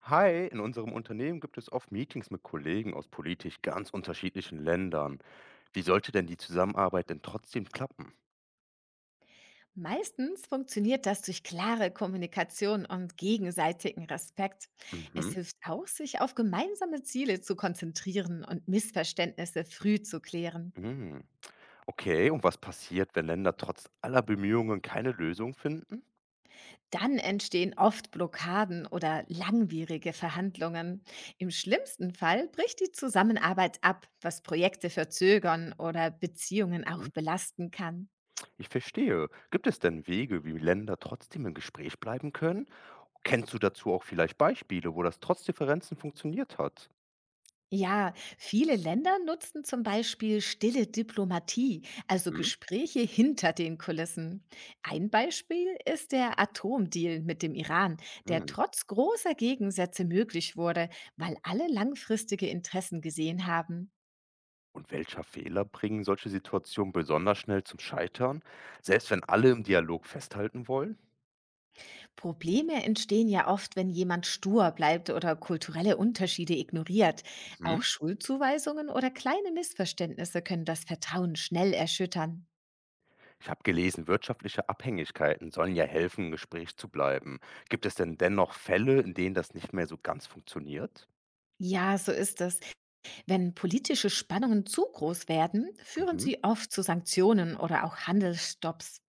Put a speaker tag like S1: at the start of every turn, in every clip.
S1: Hi, in unserem Unternehmen gibt es oft Meetings mit Kollegen aus politisch ganz unterschiedlichen Ländern. Wie sollte denn die Zusammenarbeit denn trotzdem klappen?
S2: Meistens funktioniert das durch klare Kommunikation und gegenseitigen Respekt. Es
S1: Mhm.
S2: hilft auch, sich auf gemeinsame Ziele zu konzentrieren und Missverständnisse früh zu klären.
S1: Hm. Okay, und was passiert, wenn Länder trotz aller Bemühungen keine Lösung finden?
S2: Dann entstehen oft Blockaden oder langwierige Verhandlungen. Im schlimmsten Fall bricht die Zusammenarbeit ab, was Projekte verzögern oder Beziehungen auch
S1: Mhm.
S2: belasten kann.
S1: Ich verstehe. Gibt es denn Wege, wie Länder trotzdem im Gespräch bleiben können? Kennst du dazu auch vielleicht Beispiele, wo das trotz Differenzen funktioniert hat?
S2: Ja, viele Länder nutzen zum Beispiel stille Diplomatie, also
S1: Mhm.
S2: Gespräche hinter den Kulissen. Ein Beispiel ist der Atomdeal mit dem Iran, der
S1: Hm.
S2: trotz großer Gegensätze möglich wurde, weil alle langfristige Interessen gesehen haben.
S1: Und welcher Fehler bringen solche Situationen besonders schnell zum Scheitern, selbst wenn alle im Dialog festhalten wollen?
S2: Probleme entstehen ja oft, wenn jemand stur bleibt oder kulturelle Unterschiede ignoriert. Auch
S1: Mhm.
S2: Schuldzuweisungen oder kleine Missverständnisse können das Vertrauen schnell erschüttern.
S1: Ich habe gelesen, wirtschaftliche Abhängigkeiten sollen ja helfen, im Gespräch zu bleiben. Gibt es denn dennoch Fälle, in denen das nicht mehr so ganz funktioniert?
S2: Ja, so ist es. Wenn politische Spannungen zu groß werden, führen
S1: Mhm.
S2: sie oft zu Sanktionen oder auch Handelsstopps.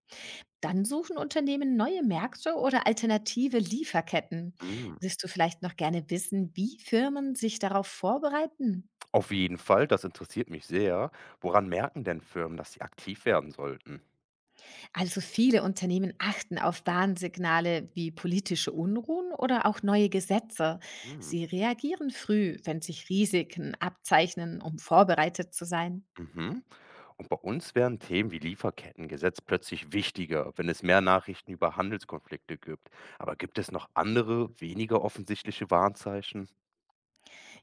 S2: Dann suchen Unternehmen neue Märkte oder alternative Lieferketten.
S1: Mhm.
S2: Willst du vielleicht noch gerne wissen, wie Firmen sich darauf vorbereiten?
S1: Auf jeden Fall, das interessiert mich sehr. Woran merken denn Firmen, dass sie aktiv werden sollten?
S2: Also viele Unternehmen achten auf Warnsignale wie politische Unruhen oder auch neue Gesetze.
S1: Mhm.
S2: Sie reagieren früh, wenn sich Risiken abzeichnen, um vorbereitet zu sein.
S1: Mhm. Und bei uns werden Themen wie Lieferkettengesetz plötzlich wichtiger, wenn es mehr Nachrichten über Handelskonflikte gibt. Aber gibt es noch andere, weniger offensichtliche Warnzeichen?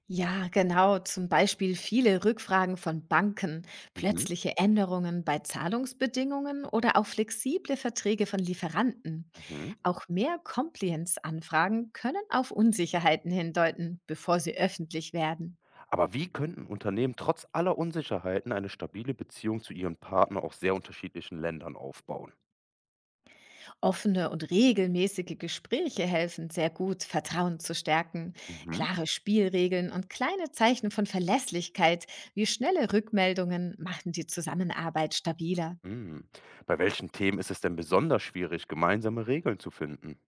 S2: Ja, genau. Zum Beispiel viele Rückfragen von Banken,
S1: Mhm.
S2: plötzliche Änderungen bei Zahlungsbedingungen oder auch flexible Verträge von Lieferanten.
S1: Mhm.
S2: Auch mehr Compliance-Anfragen können auf Unsicherheiten hindeuten, bevor sie öffentlich werden.
S1: Aber wie könnten Unternehmen trotz aller Unsicherheiten eine stabile Beziehung zu ihren Partnern aus sehr unterschiedlichen Ländern aufbauen?
S2: Offene und regelmäßige Gespräche helfen sehr gut, Vertrauen zu stärken.
S1: Mhm.
S2: Klare Spielregeln und kleine Zeichen von Verlässlichkeit wie schnelle Rückmeldungen machen die Zusammenarbeit stabiler.
S1: Mhm. Bei welchen Themen ist es denn besonders schwierig, gemeinsame Regeln zu finden?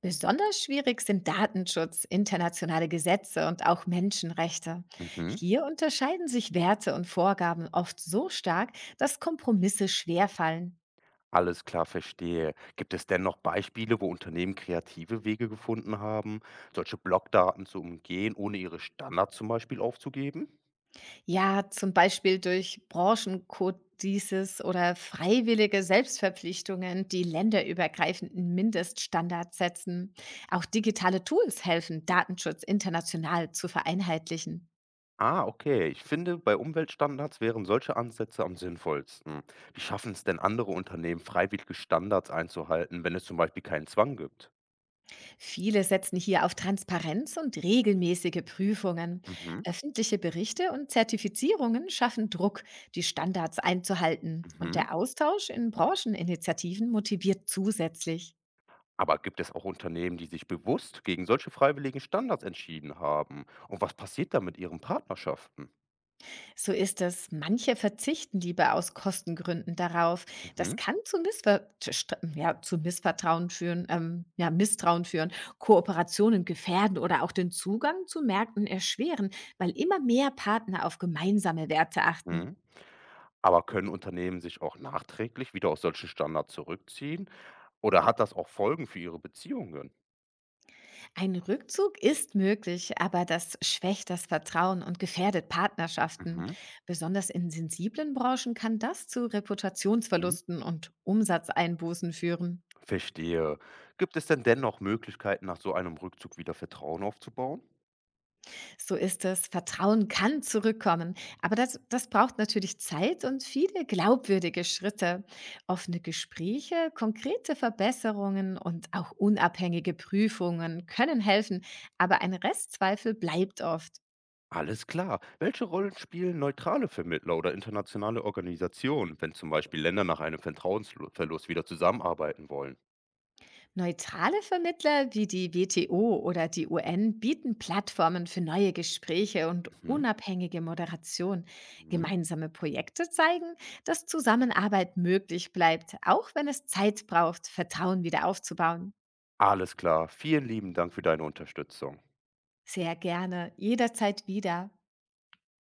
S2: Besonders schwierig sind Datenschutz, internationale Gesetze und auch Menschenrechte.
S1: Mhm.
S2: Hier unterscheiden sich Werte und Vorgaben oft so stark, dass Kompromisse schwerfallen.
S1: Alles klar, verstehe. Gibt es denn noch Beispiele, wo Unternehmen kreative Wege gefunden haben, solche Blockdaten zu umgehen, ohne ihre Standards zum Beispiel aufzugeben?
S2: Ja, zum Beispiel durch Branchencodices oder freiwillige Selbstverpflichtungen, die länderübergreifenden Mindeststandards setzen. Auch digitale Tools helfen, Datenschutz international zu vereinheitlichen.
S1: Ah, okay. Ich finde, bei Umweltstandards wären solche Ansätze am sinnvollsten. Wie schaffen es denn andere Unternehmen, freiwillige Standards einzuhalten, wenn es zum Beispiel keinen Zwang gibt?
S2: Viele setzen hier auf Transparenz und regelmäßige Prüfungen.
S1: Mhm,
S2: Öffentliche Berichte und Zertifizierungen schaffen Druck, die Standards einzuhalten. Und
S1: mhm.
S2: der Austausch in Brancheninitiativen motiviert zusätzlich.
S1: Aber gibt es auch Unternehmen, die sich bewusst gegen solche freiwilligen Standards entschieden haben? Und was passiert da mit ihren Partnerschaften?
S2: So ist es, manche verzichten lieber aus Kostengründen darauf. Das
S1: Mhm,
S2: kann zu ja, zu Missvertrauen führen, ja, Misstrauen führen, Kooperationen gefährden oder auch den Zugang zu Märkten erschweren, weil immer mehr Partner auf gemeinsame Werte achten.
S1: mhm. Aber können Unternehmen sich auch nachträglich wieder aus solchen Standards zurückziehen oder hat das auch Folgen für ihre Beziehungen?
S2: Ein Rückzug ist möglich, aber das schwächt das Vertrauen und gefährdet Partnerschaften.
S1: Mhm,
S2: Besonders in sensiblen Branchen kann das zu
S1: mhm,
S2: Reputationsverlusten und Umsatzeinbußen führen.
S1: verstehe. Gibt es denn dennoch Möglichkeiten, nach so einem Rückzug wieder Vertrauen aufzubauen?
S2: So ist es, Vertrauen kann zurückkommen, aber das braucht natürlich Zeit und viele glaubwürdige Schritte. Offene Gespräche, konkrete Verbesserungen und auch unabhängige Prüfungen können helfen, aber ein Restzweifel bleibt oft.
S1: Alles klar. Welche Rollen spielen neutrale Vermittler oder internationale Organisationen, wenn zum Beispiel Länder nach einem Vertrauensverlust wieder zusammenarbeiten wollen?
S2: Neutrale Vermittler wie die WTO oder die UN bieten Plattformen für neue Gespräche und
S1: Mhm,
S2: unabhängige Moderation.
S1: mhm.
S2: Gemeinsame Projekte zeigen, dass Zusammenarbeit möglich bleibt, auch wenn es Zeit braucht, Vertrauen wieder aufzubauen.
S1: Alles klar. Vielen lieben Dank für deine Unterstützung.
S2: Sehr gerne, jederzeit wieder.